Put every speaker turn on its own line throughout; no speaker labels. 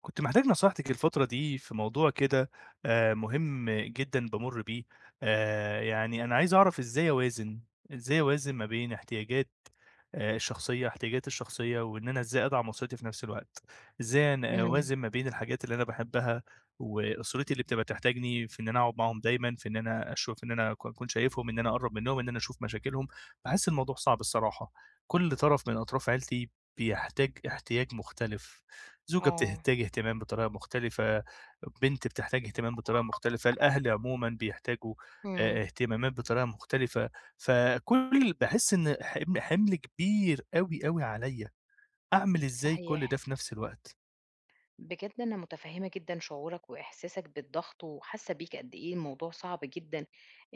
كنت محتاج نصيحتِك الفترة دي في موضوع كده مهم جدًا بامُر بيه، يعني أنا عايز أعرف إزاي أوازن، إزاي أوازن ما بين احتياجاتي الشخصية وإن أنا إزاي أدعم أسرتي في نفس الوقت، إزاي أنا
إمم،
أوازن ما بين الحاجات اللي أنا باحبها وأسرتي اللي بتبقى تحتاجني في إن أنا أقعد معاهم دايمًا، في إن أنا أشوف إن أنا أكون شايفهم، إن أنا أقرّب منّهم، إن أنا أشوف مشاكلهم، باحس الموضوع صعب الصراحة، كل طرف من أطراف عيلتي بيحتاج احتياج مختلف. زوجة
آه،
بتحتاج اهتمام بطريقة مختلفة، بنت بتحتاج اهتمام بطريقة مختلفة، الأهل عمومًا بيحتاجوا
إمم،
اهتمامات بطريقة مختلفة، فكل باحس إن حمل كبير أوي، أوي عليّا، أعمل إزاي كل ده
صحيح.
في نفس الوقت؟
بجد أنا متفهمة جدًا شعورك وإحساسك بالضغط، وحاسة بيك قد إيه الموضوع صعب جدًا،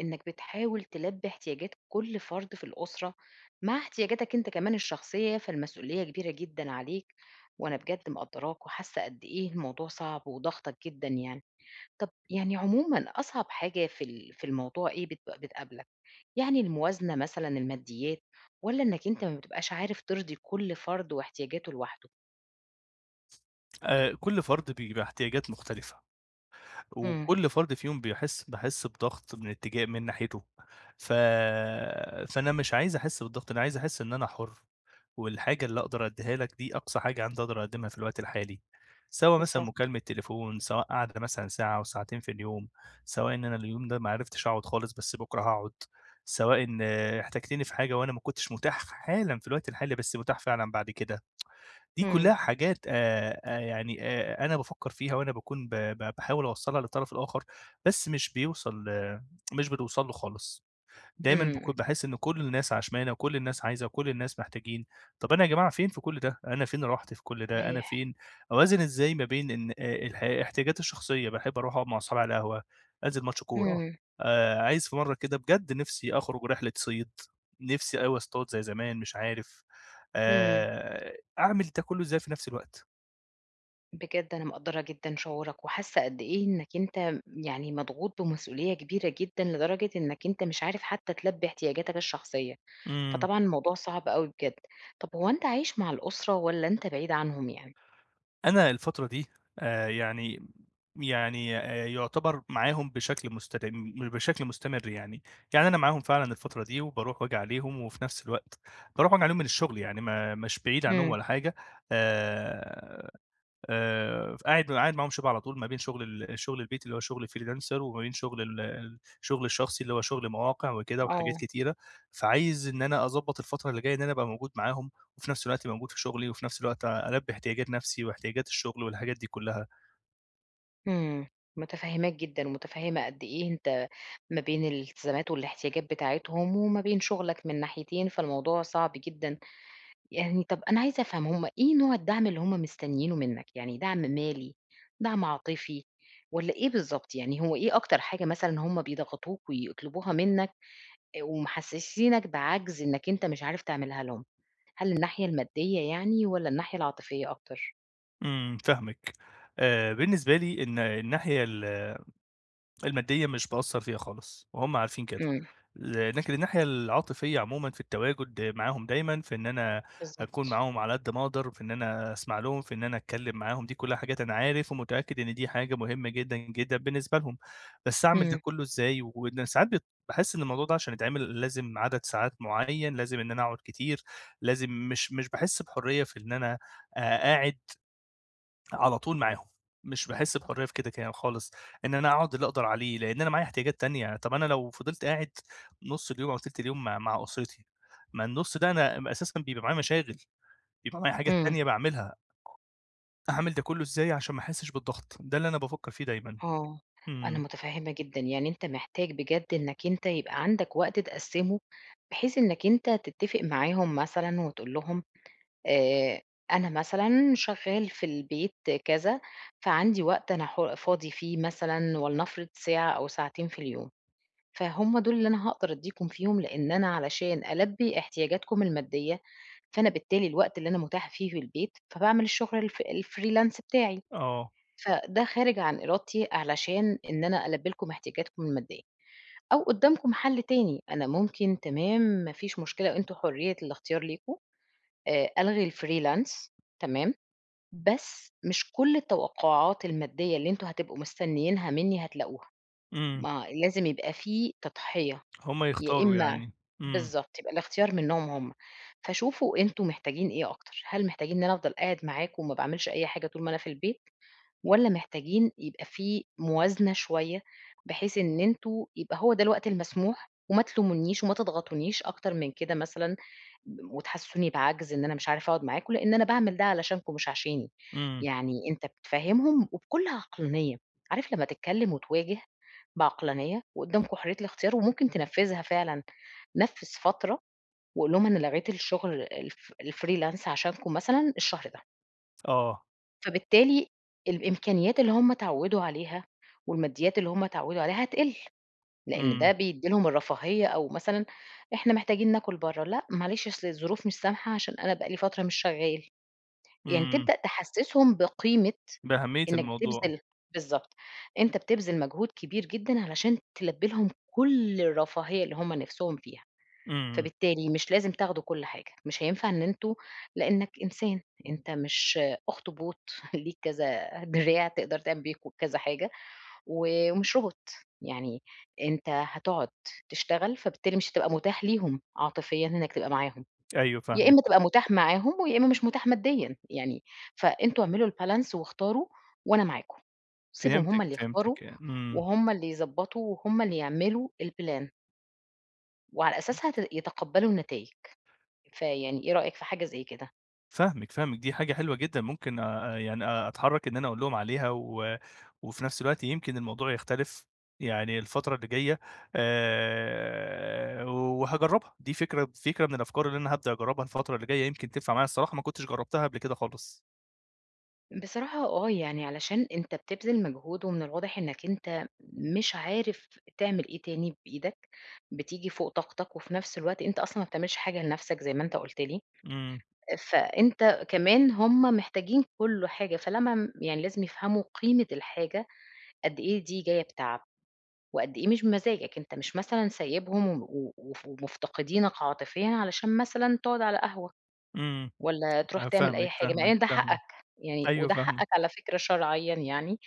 إنك بتحاول تلبي احتياجات كل فرد في الأسرة، مع احتياجاتك أنت كمان الشخصية، فالمسؤولية كبيرة جدًا عليك، وأنا بجد مقدّراك وحاسة قد إيه الموضوع صعب وضاغطك جدًا يعني. طب يعني عمومًا أصعب حاجة في الموضوع إيه بتقابلك؟ يعني الموازنة مثلًا الماديات، والّا إنك أنت ما بتبقاش عارف ترضي كل فرد واحتياجاته لوحده؟
كل فرد بيبقى احتياجات مختلفة.
إمم.
وكل فرد فيهم باحس بضغط من اتجاه من ناحيته، ف فأنا مش عايز أحس بالضغط، أنا عايز أحس إن أنا حُر، والحاجة اللي أقدر أدّيها لك دي أقصى حاجة عندي أقدر أقدّمها في الوقت الحالي، سواء مثلًا
بالضبط.
مكالمة تليفون، سواء قعدة مثلًا ساعة أو ساعتين في اليوم، سواء إن أنا اليوم ده ما عرفتش أقعد خالص بس بكرة هاقعد، سواء إن احتجتني في حاجة وأنا ما كنتش متاح حالًا في الوقت الحالي بس متاح فعلًا بعد كده. دي
إمم،
كلّها حاجات أنا بافكّر فيها وأنا باكون ب ب باحاول أوصّلها للطرف الآخر، بس مش بيوصل مش بتوصل له خالص. دايمًا
إمم.
باكون باحس إن كل الناس عشمانة وكل الناس عايزة وكل الناس محتاجين، طَب أنا يا جماعة فين في كل ده؟ أنا فين راحتي في كل ده؟ أنا
صحيح.
فين أوازن إزاي ما بين إن الح احتياجاتي الشخصية باحب أروح أقعد مع أصحابي على القهوة، أنزل ماتش كورة،
إمم،
عايز في مرّة كده بجد نِفْسي أخرج رحلة صيد، نِفْسي أوي أصطاد زي زمان مش عارف،
إمم.
أعمل ده كله إزاي في نَفْس الوقت؟
بجد أنا مقدّرة جدًا شعورك، وحاسة قد إيه إنك أنت يعني مضغوط بمسؤولية كبيرة جدًا، لدرجة إنك أنت مش عارف حتى تلبي احتياجاتك الشخصية،
إمم.
فطبعًا الموضوع صعب أوي بجد. طب هو أنت عايش مع الأسرة والّا أنت بعيد عنهم يعني؟
أنا الفترة دي آآ يعني يُعتبر معاهم بشكل مستدام بشكل مستمر يعني، يعني أنا معاهم فعلًا الفترة دي وباروح وآجي عليهم وفي نفس الوقت باروح وآجي عليهم من الشغل يعني ما مش بعيد عنهم
إمم،
ولا حاجة آآ قاعد معاهم شبه على طول ما بين شغل الشغل البيتي اللي هو شغل freelancer وما بين شغل الشغل الشخصي اللي هو شغل مواقع وكده وحاجات
آه.
كتيرة، فعايز إن أنا أضبّط الفترة اللي جاية إن أنا أبقى موجود معاهم، وفي نفس الوقت موجود في شغلي، وفي نفس الوقت ألبّي احتياجات نفسي واحتياجات الشغل والحاجات دي كلّها.
إمم، متفهّماك جدًا، ومتفهّمة قد إيه أنت ما بين الالتزامات والاحتياجات بتاعتهم، وما بين شغلك من ناحيتين، فالموضوع صعب جدًا. يعني طَب أنا عايزة أفهم هم إيه نوع الدعم اللي هم مستنيينه منّك؟ يعني دعم مالي، دعم عاطفي، والّا إيه بالضبط؟ يعني هو إيه أكتر حاجة مثلًا هم بيضغطوك ويطلبوها منّك، ومحسّسينك بعجز إنّك أنت مش عارف تعملها لهم؟ هل الناحية المادية يعني والّا الناحية العاطفية أكتر؟
إمم، فاهمِك. بالنسبة لي الناحية المادية مش باأثّر فيها خالص، وهُم عارفين كده.
إمم،
لكن الناحية العاطفية عمومًا في التواجد معاهم دايمًا، في إن أنا أكون
بالضبط.
معاهم على قد ما أقدر، في إن أنا أسمع لهم، في إن أنا أتكلّم معاهم، دي كلّها حاجات أنا عارف ومتأكد إن دي حاجة مهمة جدًا، جدًا بالنسبة لهم. بس أعمل ده
إمم،
كلّه إزاي؟ وإن ساعات باحس إن الموضوع ده عشان يتعمل لازم عدد ساعات معيّن، لازم إن أنا أقعد كتير، لازم مش باحس بحرية في إن أنا أقعد على طول معاهم، مش باحس بحرية في كده كده خالص، إن أنا أقعد اللي أقدر عليه، لإن أنا معايا احتياجات تانية، طَب أنا لو فضلت قاعد نُص اليوم أو تِلت اليوم مع أسرتي، ما النُص ده أنا أساسًا بيبقى معايا مشاغل، بيبقى معايا حاجات
إمم.
تانية باعملها، أعمل ده كُلّه إزاي عشان ما أحسّش بالضغط، ده اللي أنا بافكّر فيه دايمًا.
آه، أنا
إمم،
متفهمة جدًا، يعني أنت محتاج بجد إنك أنت يبقى عندك وقت تقسّمه، بحيث إنك أنت تتفق معاهم مثلًا وتقول لهم آآ، أنا مثلًا شغال في البيت كذا، فعندي وقت أنا حر فاضي فيه مثلًا ولنفرض ساعة أو ساعتين في اليوم، فهُم دول اللي أنا هاقدر أدّيكم فيهم، لإن أنا علشان ألبّي احتياجاتكم المادية، فأنا بالتالي الوقت اللي أنا متاح فيه في البيت، فباعمل الشغل الف الfreelance بتاعي.
آه،
فده خارج عن إرادتي علشان إن أنا ألبّي لكم احتياجاتكم المادية، أو قدّامكم حل تاني، أنا ممكن تمام ما فيش مشكلة أنتم حرية الاختيار ليكم، ألغي الfreelance تمام، بس مش كل التوقعات المادية اللي أنتم هتبقوا مستنيينها منّي هتلاقوها،
إمم،
ما لازم يبقى في تضحية،
هم
يا
يختاروا
إمّا
يعني، إمم،
بالضبط، يبقى الاختيار منّهم هم، فشوفوا أنتم محتاجين إيه أكتر، هل محتاجين إن أنا أفضل قاعد معاكم وما باعملش أي حاجة طول ما أنا في البيت؟ والّا محتاجين يبقى في موازنة شوية، بحيث إن أنتم يبقى هو ده الوقت المسموح وما تلومونيش وما تضغطونيش أكتر من كده مثلًا، وتحسسوني بعَجْز إن أنا مش عارف أقعد معاكم، لإن أنا باعمل ده علشانكم مش عشاني.
إمم،
يعني أنت بتفهّمهم وبكل عقلانية، عارف لمّا تتكلم وتواجه بعقلانية وقدّامكم حرية الاختيار وممكن تنفّذها فعلًا، نفّذ فترة وقُل لهم أنا لغيت الشغل الف الfreelance عشانكم مثلًا الشهر ده.
آه،
فبالتالي الإمكانيات اللي هم اتعوّدوا عليها، والماديات اللي هم اتعوّدوا عليها هتقِل، لإن ده
إمم،
بيدّي لهم الرفاهية أو مثلًا إحنا محتاجين ناكُل برّه، لأ معلش أصل الظروف مش سامحة عشان أنا بقى لي فترة مش شغّال، يعني
إمم،
تبدأ تحسّسهم بقيمة
بأهمية
إنّك
الموضوع،
بتبذل بالضبط، أنت بتبذل مجهود كبير جدًا علشان تلبّي لهم كل الرفاهية اللي هم نِفْسهم فيها.
إمم،
فبالتالي مش لازم تاخدوا كل حاجة، مش هينفع إن أنتم لإنك إنسان، أنت مش أخطبوط ليك كذا دراع تقدر تعمل بيه كذا حاجة، و ومش روبوت، يعني أنت هتقعد تشتغل، فبالتالي مش هتبقى متاح ليهم عاطفيًا إنك تبقى معاهم،
أيوه
يا إما
فاهمِك،
تبقى متاح معاهم ويا إما مش متاح ماديًا، يعني فأنتم اعملوا الbalance واختاروا وأنا معاكم، سيبهم هم
فهمتِك،
اللي يختاروا
فهمتِك، إمم.
وهم اللي يضبّطوا وهم اللي يعملوا الplan وعلى أساسها يتقبّلوا النتايج. فيعني إيه رأيك في حاجة زي كده؟
فاهمِك، فاهمِك، دي حاجة حلوة جدًا ممكن يعني أ أتحرّك إن أنا أقول لهم عليها وفي نفس الوقت يمكن الموضوع يختلف، يعني الفترة اللي جاية وهاجرّبها، دي فكرة من الأفكار اللي أنا هابدأ أجرّبها الفترة اللي جاية يمكن تنفع معايا الصراحة ما كنتش جرّبتها قبل كده خالص.
بصراحة آه، يعني علشان أنت بتبذل مجهود ومن الواضح إنك أنت مش عارف تعمل إيه تاني بإيدك، بتيجي فوق طاقتك وفي نفس الوقت أنت أصلًا ما بتعملش حاجة لنفسك زي ما أنت قُلت لي،
إمم،
فأنت كمان هم محتاجين كل حاجة، فلما يعني لازم يفهموا قيمة الحاجة قد إيه دي جاية بتعب، وقد إيه مش بمزاجك، أنت مش مثلًا سايبهم و و وف ومفتقدينك عاطفيًا علشان مثلًا تقعد على قهوة.
إمم،
والّا تروح تعمل أي
فاهمِك،
حاجة، مع
فاهمِك،
إن ده
فاهمِك،
حقك، يعني
أيوه
وده
فاهمِك،
حقك على فكرة شرعيًا يعني،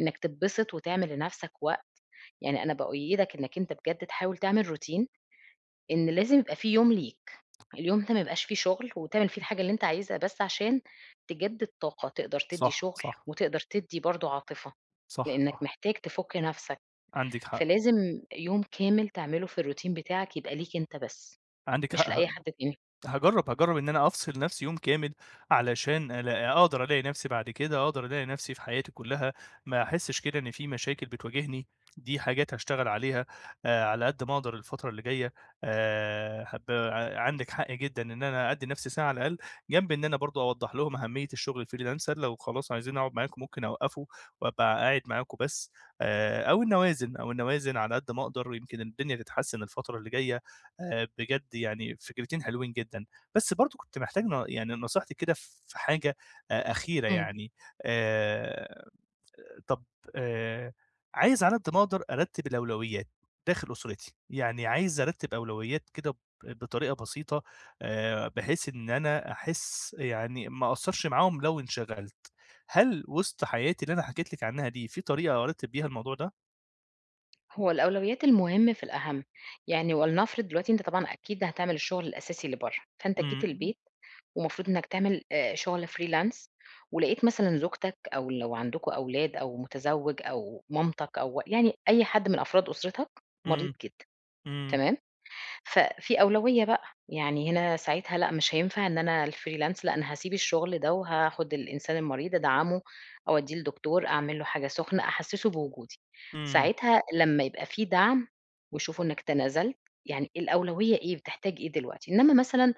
إنك تتبسط وتعمل لنفسك وقت، يعني أنا بأُيّدك إنك أنت بجد تحاول تعمل routine إن لازم يبقى في يوم ليك، اليوم ده ما يبقاش فيه شغل وتعمل فيه الحاجة اللي أنت عايزها، بس عشان تجدد طاقة، تقدر تدّي
صح،
شغل
صح،
وتقدر تدّي برضه عاطفة،
صح،
لإنك
صح،
محتاج تفُك نفسك،
عندِك حق،
فلازم يوم كامل تعمله في الroutine بتاعك يبقى ليك أنت بس،
عندِك
مش
حق
لأي
ه
حد تاني.
هاجرّب، هاجرّب إن أنا أفصل نَفْسي يوم كامل علشان ألا أقدر ألاقي نَفْسي بعد كده، أقدر ألاقي نَفْسي في حياتي كُلّها، ما أحسّش كده إن في مشاكل بتواجهني، دي حاجات هاشتغل عليها على قد ما أقدر الفترة اللي جاية عندِك حق جدًا إن أنا أدّي نَفْسي ساعة على الأقل، جنب إن أنا برضه أوضّح لهم أهمية الشغل freelancer لو خلاص عايزين أقعد معاكم ممكن أوقّفه وأبقى قاعد معاكم بس أو إنّي أوازن على قد ما أقدر ويمكن الدنيا تتحسّن الفترة اللي جاية بجد يعني فكرتين حلوين جدًا، بس برضه كنت محتاج ن يعني نصيحتِك كده في حاجة أخيرة
إمم.
يعني، آآ طَب آآ عايز على قد ما أقدر أرتّب الأولويات داخل أسرتي، يعني عايز أرتّب أولويات كده بطريقة بسيطة بحيث إن أنا أحس يعني ما أقصّرش معاهم لو انشغلت، هل وسط حياتي اللي أنا حكيت لِك عنها دي في طريقة أرتّب بيها الموضوع ده؟
هو الأولويات المهم في الأهم يعني ولنفرض دلوقتي أنت طبعًا أكيد هتعمل الشغل الأساسي اللي برّه، فأنت جيت
إمم،
البيت ومفروض إنك تعمل شغل freelance ولقيت مثلًا زوجتك أو لو عندكم أولاد أو متزوج أو مامتك أو يعني أي حد من أفراد أسرتك مريض
إمم،
جدًا،
إمم،
تمام؟ ففي أولوية بقى، يعني هنا ساعتها لأ، مش هينفع إن أنا الfreelance لأ، أنا هاسيب الشغل ده وهاخد الإنسان المريض أدعمه، أودّيه لدكتور، أعمل له حاجة سخنة، أحسّسه بوجودي.
إمم،
ساعتها لمّا يبقى في دعم ويشوفوا إنك تنازلت، يعني الأولوية إيه، بتحتاج إيه دلوقتي. إنّما مثلًا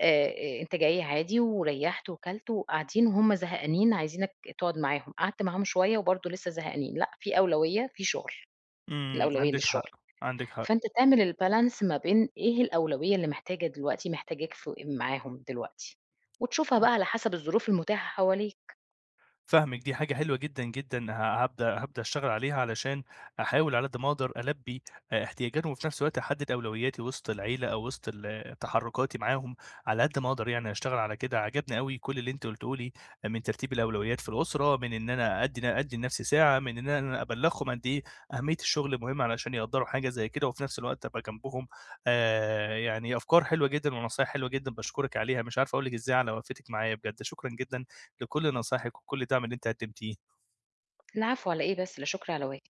أنت جاي عادي وريّحت وكلت وقاعدين وهُم زهقانين عايزينك تقعد معاهم، قعدت معاهم شوية وبرضه لسّه زهقانين، لأ، في أولوية، في شغل،
إمم،
الأولوية
عندِك
للشغل.
حق، عندِك حق.
فأنت تعمل الbalance ما بين إيه الأولوية اللي محتاجة دلوقتي محتاجاك معاهم دلوقتي، وتشوفها بقى على حسب الظروف المتاحة حواليك،
فاهمِك، دي حاجة حلوة جدًا، جدًا، ه هابدأ هابدأ أشتغل عليها علشان أحاول على قد ما أقدر ألبّي احتياجاتهم، وفي نفس الوقت أحدد أولوياتي وسط العيلة أو وسط تحرُّكاتي معاهم على قد ما أقدر يعني أشتغل على كده. عجبني أوي كل اللي أنتِ قُلتيه لي آه، من ترتيب الأولويات في الأسرة، من إن أنا أدّي لنفسي ساعة، من إن أنا أبلّغهم قد إيه أهمية الشغل مهمة علشان يقدّروا حاجة زي كده، وفي نفس الوقت أبقى جنبهم. يعني أفكار حلوة جدًا ونصايح حلوة جدًا، باشكرِك عليها، مش عارف أقول لِك إزاي على وقفتِك معايا بجد، شكرًا جدًا. لكل نصايحِك وكل الدعم اللي أنتِ قدّمتيه.
العفو على إيه بس، لا شكر على واجب.